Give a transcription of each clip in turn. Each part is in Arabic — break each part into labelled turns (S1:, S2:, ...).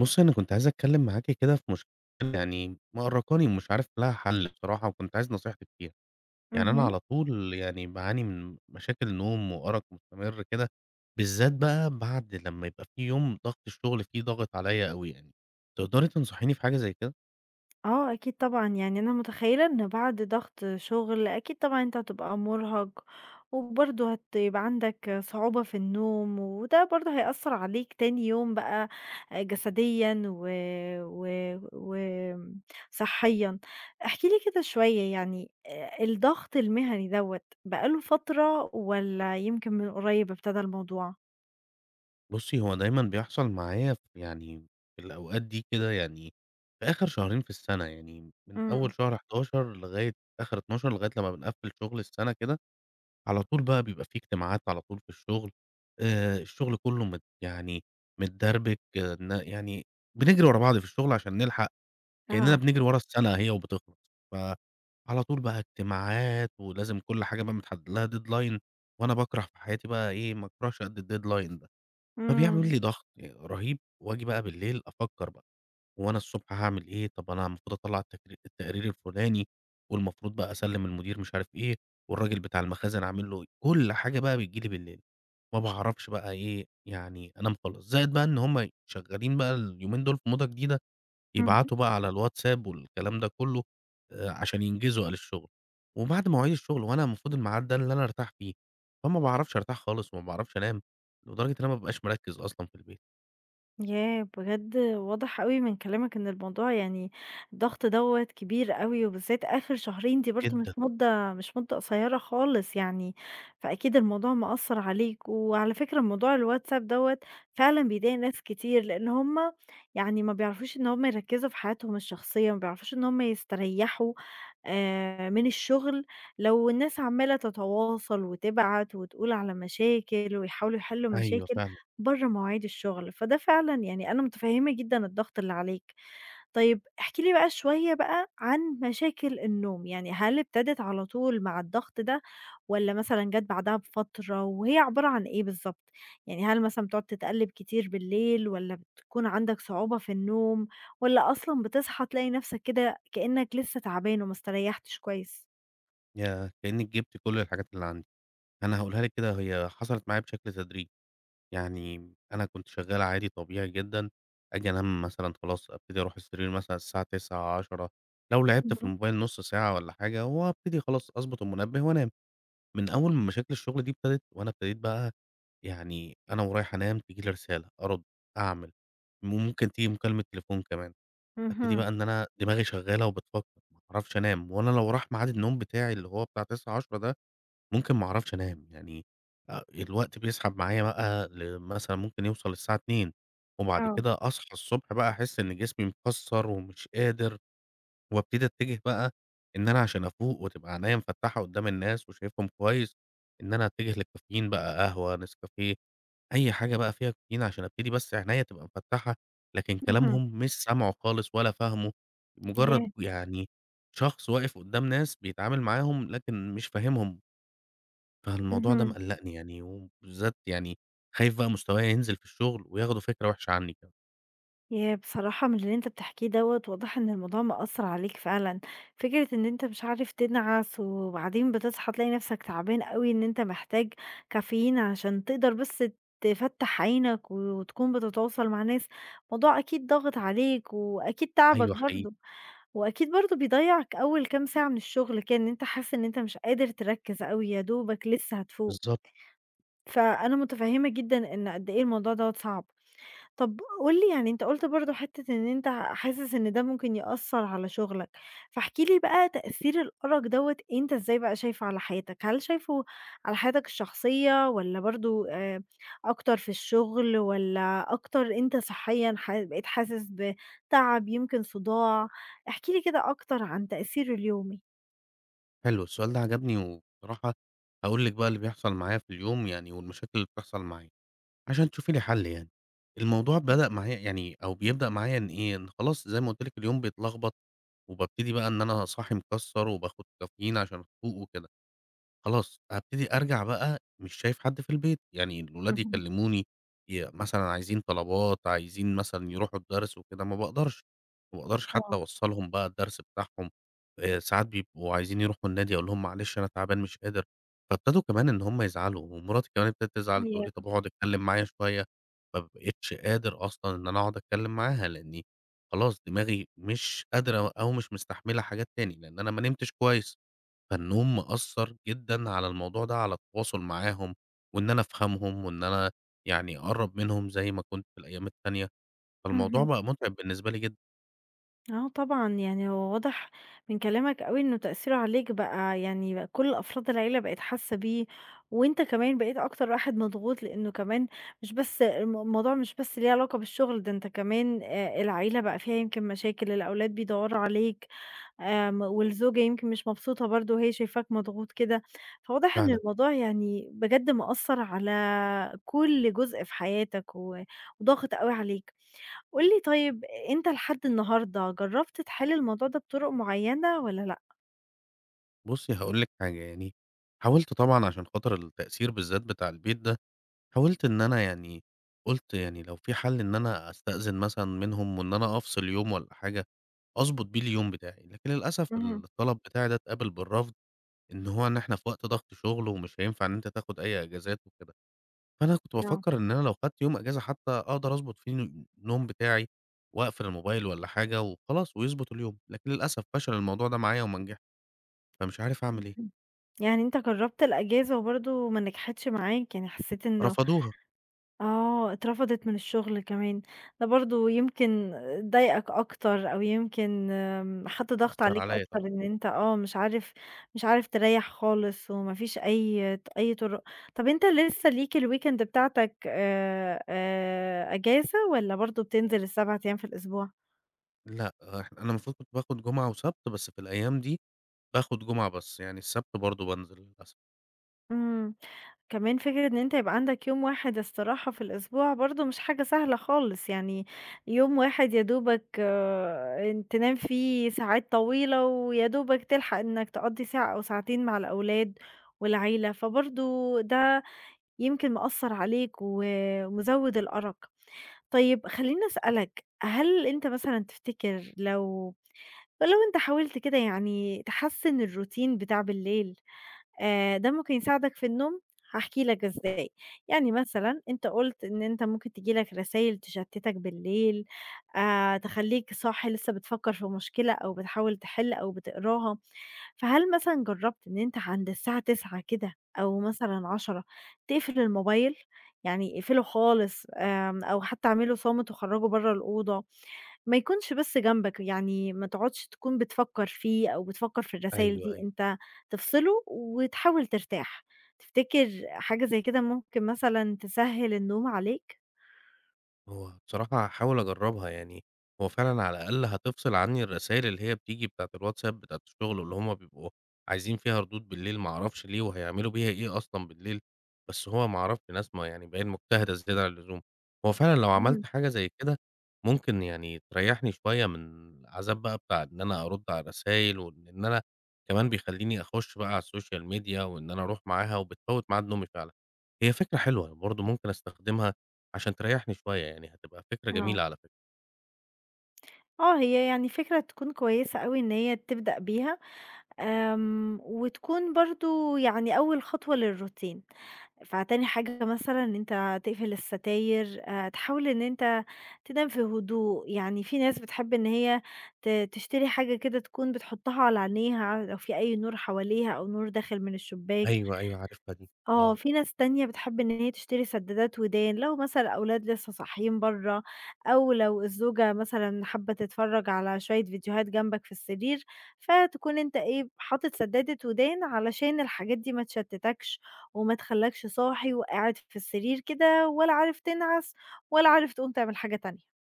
S1: بُصّي، أنا كنت عايز أتكلّم معاكِ كده في مشكلة مأرّقاني ومش عارف لها حَل بصراحة وكنت عايز نصيحتِك فيها. أنا
S2: اهم.
S1: على طول باعاني من مشاكل نوم وأرق مستمر كده، بالذات بقى بعد لمّا يبقى في يوم ضغط الشغل فيه ضاغط عليّا أوي يعني. تقدري تنصحيني في حاجة زي كده؟
S2: آه، أكيد طبعًا، يعني أنا متخيّلة إن بعد ضغط شغل أكيد طبعًا أنت هتبقى مُرهَق، وبرضه هتبقى عندك صعوبة في النوم، وده برضه هيأثّر عليك تاني يوم بقى جسديًا و و وآمم صحيًا. احكِ لي كده شوية يعني الضغط المهني دوّة بقى له فترة والّا يمكن من قريب ابتدى الموضوع؟
S1: بُصّي، هو دايمًا بيحصل معايا في الأوقات دي كده في آخر شهرين في السَنة، يعني من
S2: إمم.
S1: أول شهر 11 لغاية آخر 12 لغاية لمّا بنقفّل شغل السَنة كده. على طول بقى بيبقى في اجتماعات على طول في الشغل، الشغل كُلّه مت يعني متدربك، آه، إن يعني بنجري ورا بعض في الشغل عشان نلحق، كإننا
S2: آه.
S1: بنجري ورا السنة هي وبتخلص، فعلى طول بقى اجتماعات ولازم كل حاجة بقى متحدد لها deadline، وأنا باكره في حياتي بقى إيه، ما أكرهش قد الdeadline ده، فبيعمل
S2: إمم.
S1: لي ضغط رهيب وآجي بقى بالليل أفكّر بقى. وأنا الصبح هاعمل إيه، طب أنا المفروض أطلّع التقرير الفلاني، والمفروض بقى أسلّم المدير مش عارف إيه، والراجل بتاع المخازن أعمل له إيه، كل حاجة بقى بتيجي لي بالليل، ما باعرفش بقى إيه، أنام خالص، زائد بقى إن هُم شغالين بقى اليومين دول في موضة جديدة، يبعتوا بقى على الواتساب والكلام ده كلّه، عشان ينجزوا قال الشغل، وبعد مواعيد الشغل وأنا المفروض الميعاد ده اللي أنا أرتاح فيه، فما باعرفش أرتاح خالص وما باعرفش أنام، لدرجة إن أنا ما بابقاش مركّز أصلًا في البيت،
S2: ياه! بجد واضح أوي من كلامك إن الموضوع يعني الضغط دوّة كبير أوي، وبالذات آخر شهرين دي برضه مش
S1: جدًا،
S2: مدة مش مدة قصيرة خالص يعني، فأكيد الموضوع مأثّر عليك، وعلى فكرة موضوع الWhatsApp دوّة فعلًا بيضايق ناس كتير، لإن هُم يعني ما بيعرفوش إن هُم يركّزوا في حياتهم الشخصية، ما بيعرفوش إن هُم يستريحوا من الشغل، لو الناس عمّالة تتواصل وتبعت وتقول على مشاكل ويحاولوا يحلّوا
S1: أيوه
S2: مشاكل
S1: فعلًا.
S2: برّه مواعيد الشغل، فده فعلًا يعني أنا متفهّمة جدًا الضغط اللي عليك. طيب احكِ لي بقى شوية بقى عن مشاكل النوم، يعني هل ابتدت على طول مع الضغط ده والّا مثلًا جات بعدها بفترة وهي عبارة عن إيه بالضبط؟ يعني هل مثلًا بتقعد تتقلِّب كتير بالليل والّا بتكون عندك صعوبة في النوم والّا أصلًا بتصحى تلاقي نَفْسك كده كإنّك لسه تعبان وما استريّحتش كويس؟
S1: ياه! كإنِّك جبتِ كل الحاجات اللي عندِك. أنا هاقولها لِك كده، هي حصلت معايا بشكل تدريجي. يعني أنا كنت شغّال عادي طبيعي جدًا، آجي أنام مثلًا خلاص أبتدي أروح السرير مثلًا الساعة 21:00، 22:00 لو لعبت في
S2: اهم.
S1: الموبايل نُص ساعة والّا حاجة وأبتدي خلاص أضبط المنبه وأنام. من أول ما مشاكل الشغل دي ابتدت وأنا ابتديت بقى، أنا ورايح أنام تيجي لي رسالة، أرُد، أعمل، ممكن تيجي مكالمة تليفون كمان. أبتدي
S2: اهم.
S1: بقى إن أنا دماغي شغّالة وبتفكّر، ما باعرفش أنام وأنا لو راح ميعاد النوم بتاعي اللي هو بتاع 21:00 ده ممكن ما اعرفش انام آه، الوقت بيسحب معايا بقى مثلا ممكن يوصل الساعة 2، وبعد
S2: آه.
S1: كده اصحى الصبح بقى احس ان جسمي مكسر ومش قادر. وابتدي اتجه بقى ان انا عشان افوق وتبقى عينيا مفتحة قدام الناس وشايفهم كويس، ان انا اتجه للكافيين بقى، قهوة نسكافيه، اي حاجة بقى فيها كافيين عشان ابتدي بس عينيا تبقى مفتحة، لكن
S2: اهم.
S1: كلامهم مش سامعه خالص ولا فاهمه. مجرد
S2: ياه!
S1: يعني شخص واقف قدام ناس بيتعامل معاهم لكن مش فاهمهم. فالموضوع ده
S2: اهم.
S1: مقلّقني يعني، وبالذات خايف بقى مستوايا ينزل في الشغل وياخدوا فكرة وحشة عني كمان.
S2: ياه! بصراحة من اللي أنت بتحكيه دوّة واضح إن الموضوع مأثّر عليك فعلًا، فكرة إن أنت مش عارف تنعس وبعدين بتصحى تلاقي نفسك تعبان أوي، إن أنت محتاج كافيين عشان تقدر بس تفتّح عينك وتكون بتتواصل مع ناس، موضوع أكيد ضاغط عليك وأكيد تعبك
S1: أيوه حقيقي.
S2: برضه، وأكيد برضه بيضيّعك أول كام ساعة من الشغل كده، إن أنت حاسس إن أنت مش قادر تركّز أوي، يا دوبك لسه هتفوق،
S1: بالضبط.
S2: فأنا متفهّمة جدًا إن قد إيه الموضوع دوّة صعب. طب قُل لي يعني أنت قُلت برضه حتّة إن أنت حاسس إن ده ممكن يأثّر على شغلك، فاحكِ لي بقى تأثير الأرق دوّة أنت إزاي بقى شايفه على حياتك؟ هل شايفه على حياتك الشخصية والّا برضه أكتر في الشغل والّا أكتر أنت صحيًا بقيت حاسس بتعب يمكن صداع؟ احكِ لي كده أكتر عن تأثيره اليومي.
S1: حلو السؤال ده عجبني، وبصراحة هاقول لِك بقى اللي بيحصل معايا في اليوم يعني والمشاكل اللي بتحصل معايا، عشان تشوفي لي حل يعني. الموضوع بدأ معايا يعني أو بيبدأ معايا إن إيه، إن خلاص زي ما قُلت لِك اليوم بيتلخبط، وبابتدي بقى إن أنا صاحي مكسّر وباخد كافيين عشان أفوق وكده. خلاص هابتدي أرجع بقى مش شايف حد في البيت، يعني الولاد
S2: اهم.
S1: يكلموني، مثلًا عايزين طلبات، عايزين مثلًا يروحوا الدرس وكده، ما باقدرش، ما باقدرش حتى
S2: آه.
S1: أوصّلهم بقى الدرس بتاعهم، ساعات بيبقوا عايزين يروحوا النادي أقول لهم معلش أنا تعبان مش قادر، فابتدوا كمان إن هم يزعلوا، ومراتي كمان ابتدت تزعل
S2: هي
S1: تقول لي: "طب اقعد اتكلم معايا شوية." ما بقيتش قادر أصلًا إن أنا أقعد أتكلم معاها، لإني خلاص دماغي مش قادرة أو مش مستحملة حاجات تاني، لإن أنا ما نمتش كويس. فالنوم مأثّر جدًا على الموضوع ده، على التواصل معاهم، وإن أنا أفهمهم، وإن أنا أقرّب منهم زي ما كنت في الأيام التانية، فالموضوع
S2: اهم.
S1: بقى مُتعب بالنسبة لي جدًا
S2: آه طبعًا، يعني هو واضح من كلامك أوي إنه تأثيره عليك بقى يعني بقى كل أفراد العيلة بقت حاسة بيه، وأنت كمان بقيت أكتر واحد مضغوط، لإنه كمان مش بس الموضوع مش بس ليه علاقة بالشغل، ده أنت كمان العيلة بقى فيها يمكن مشاكل، الأولاد بيدوّروا عليك، والزوجة يمكن مش مبسوطة برضه وهي شايفاك مضغوط كده، فواضح إن
S1: فعلًا.
S2: الموضوع يعني بجد مأثّر على كل جزء في حياتك وضاغط أوي عليك. قُل لي طيب أنت لحد النهارده جرّبت تحل الموضوع ده بطرق معيّنة والّا لأ؟
S1: بُصّي هاقول لِك حاجة، حاولت طبعًا عشان خاطر التأثير بالذات بتاع البيت ده، حاولت إن أنا قُلت يعني لو في حل إن أنا أستأذن مثلًا منهم وإن أنا أفصل يوم والّا حاجة، أضبط بيه اليوم بتاعي، لكن للأسف
S2: اهم.
S1: الطلب بتاعي ده اتقابل بالرفض، إن إحنا في وقت ضغط شغل ومش هينفع إن أنت تاخد أي إجازات وكده. فأنا كنت
S2: آه.
S1: بافكّر إن أنا لو خدت يوم إجازة حتى أقدر أضبط فيه النوم بتاعي، وأقفل الموبايل والّا حاجة وخلاص ويضبط اليوم، لكن للأسف فشل الموضوع ده معايا وما نجحش، فمش عارف أعمل إيه،
S2: اهم. يعني أنت جرّبت الأجازة وبرضه ما نجحتش معاك، يعني حسّيت إنه
S1: رفضوها،
S2: اترفضت من الشغل كمان، ده برضه يمكن ضايقك أكتر أو يمكن حَط ضغط
S1: أثّر
S2: عليك
S1: عليَّ
S2: أكتر
S1: طبعًا.
S2: إن أنت مش عارف مش عارف تريّح خالص وما فيش أي أي طُرق. طَب أنت لسه ليك الweekend بتاعتك أجازة والّا برضه بتنزل ال7 أيام في الأسبوع؟
S1: لأ، أنا المفروض كنت باخد جمعة وسبت، بس في الأيام دي باخد جمعة بس، يعني السبت برضه بانزل للأسف.
S2: إمم. كمان فكرة إن أنت يبقى عندك يوم واحد استراحة في الأسبوع برضه مش حاجة سهلة خالص، يعني يوم واحد يا دوبك تنام فيه ساعات طويلة ويا دوبك تلحق إنك تقضّي ساعة أو ساعتين مع الأولاد والعيلة، فبرضه ده يمكن مأثّر عليك ومزوّد الأرق. طيب خلّيني أسألك، هل أنت مثلًا تفتكر لو أنت حاولت كده يعني تحسّن الروتين بتاع بالليل ده ممكن يساعدك في النوم، هاحكي لك إزاي. يعني مثلًا أنت قُلت إن أنت ممكن تيجي لك رسايل تشتتك بالليل، تخلّيك صاحي لسه بتفكّر في مشكلة أو بتحاول تحل أو بتقراها، فهل مثلًا جرّبت إن أنت عند الساعة 21:00 كده أو مثلًا 22:00 تقفل الموبايل؟ يعني اقفله خالص، أو حتى اعمله صامت وخرّجه برّه الأوضة. ما يكونش بس جنبك، يعني ما تقعدش تكون بتفكّر فيه أو بتفكّر في الرسايل
S1: أيوه،
S2: دي،
S1: أيوه.
S2: أنت تفصله وتحاول ترتاح. تفتكر حاجة زي كده ممكن مثلًا تسهّل النوم عليك؟
S1: هو بصراحة هاحاول أجرّبها يعني، هو فعلًا على الأقل هتفصل عني الرسايل اللي هي بتيجي بتاعة الWhatsApp بتاعة الشغل، واللي هم بيبقوا عايزين فيها ردود بالليل ما أعرفش ليه، وهيعملوا بيها إيه أصلًا بالليل، بس هو ما أعرفش ناس ما بقى مجتهدة زيادة عن اللزوم. هو فعلًا لو
S2: اهم.
S1: عملت حاجة زي كده ممكن تريّحني شوية من العذاب بقى بتاع إن أنا أرُد على الرسايل، وإن أنا كمان بيخلّيني أخُش بقى على السوشيال ميديا وإن أنا أروح معاها، وبتفوّت ميعاد نومي فعلًا. هي فكرة حلوة برضه ممكن أستخدمها عشان تريّحني شوية، يعني هتبقى فكرة
S2: آه.
S1: جميلة على فكرة.
S2: آه. هي يعني فكرة تكون كويسة أوي إن هي تبدأ بيها، وتكون برضه يعني أول خطوة للروتين. فتاني حاجة مثلًا إن أنت تقفل الستاير، تحاول إن أنت تنام في هدوء، يعني في ناس بتحب إن هي تشتري حاجة كده تكون بتحطها على عينيها لو في أي نور حواليها أو نور داخل من الشباك.
S1: أيوه عارفها دي،
S2: آه،
S1: آه.
S2: في ناس تانية بتحب إن هي تشتري سدادات ودان، لو مثلًا الأولاد لسه صاحيين برّه، أو لو الزوجة مثلًا حابة تتفرّج على شوية فيديوهات جنبك في السرير، فتكون أنت إيه، حاطط سدادة ودان علشان الحاجات دي ما تشتتكش، وما تخلّكش صاحي وقاعد في السرير كده ولا عارف تنعس، ولا عارف تقوم تعمل حاجة تانية.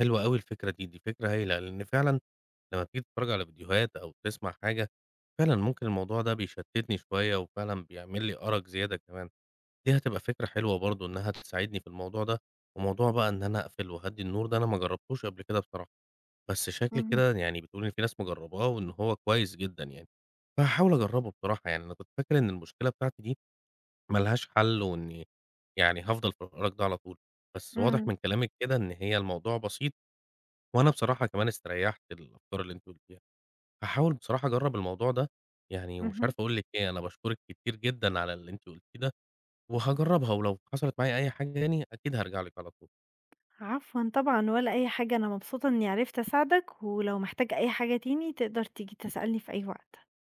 S1: حلوة أوي الفكرة دي، دي فكرة هايلة، لإن فعلًا لمّا بتيجي تتفرّج على فيديوهات أو تسمع حاجة، فعلًا ممكن الموضوع ده بيشتّتني شوية وفعلًا بيعمل لي أرق زيادة كمان. دي هتبقى فكرة حلوة برضه إنّها تساعدني في الموضوع ده، وموضوع بقى إن أنا أقفل وأهدّي النور ده أنا ما جرّبتوش قبل كده بصراحة، بس شكل
S2: اهم.
S1: كده يعني بتقول إن في ناس مجرّباه وإن هو كويس جدًا يعني، فهاحاول أجرّبه بصراحة يعني، أنا كنت فاكر إن المشكلة بتاعتي دي ما لهاش حل وإني هافضل في الإرق ده على طول، بس واضح
S2: إمم.
S1: من كلامِك كده إن هي الموضوع بسيط، وأنا بصراحة كمان استريّحت الأفكار اللي أنتِ قُلتيها، هاحاول بصراحة أجرّب الموضوع ده، يعني ومش
S2: اهم.
S1: عارف أقول لِك إيه، أنا باشكرِك كتير جدًا على اللي أنتِ قُلتيه ده، وهاجرّبها ولو حصلت معايا أي حاجة تاني أكيد هارجع لِك على طول.
S2: عفوًا طبعًا، ولا أي حاجة، أنا مبسوطة إني عرفت أساعدك، ولو محتاج أي حاجة تاني تقدر تيجي تسألني في أي وقت.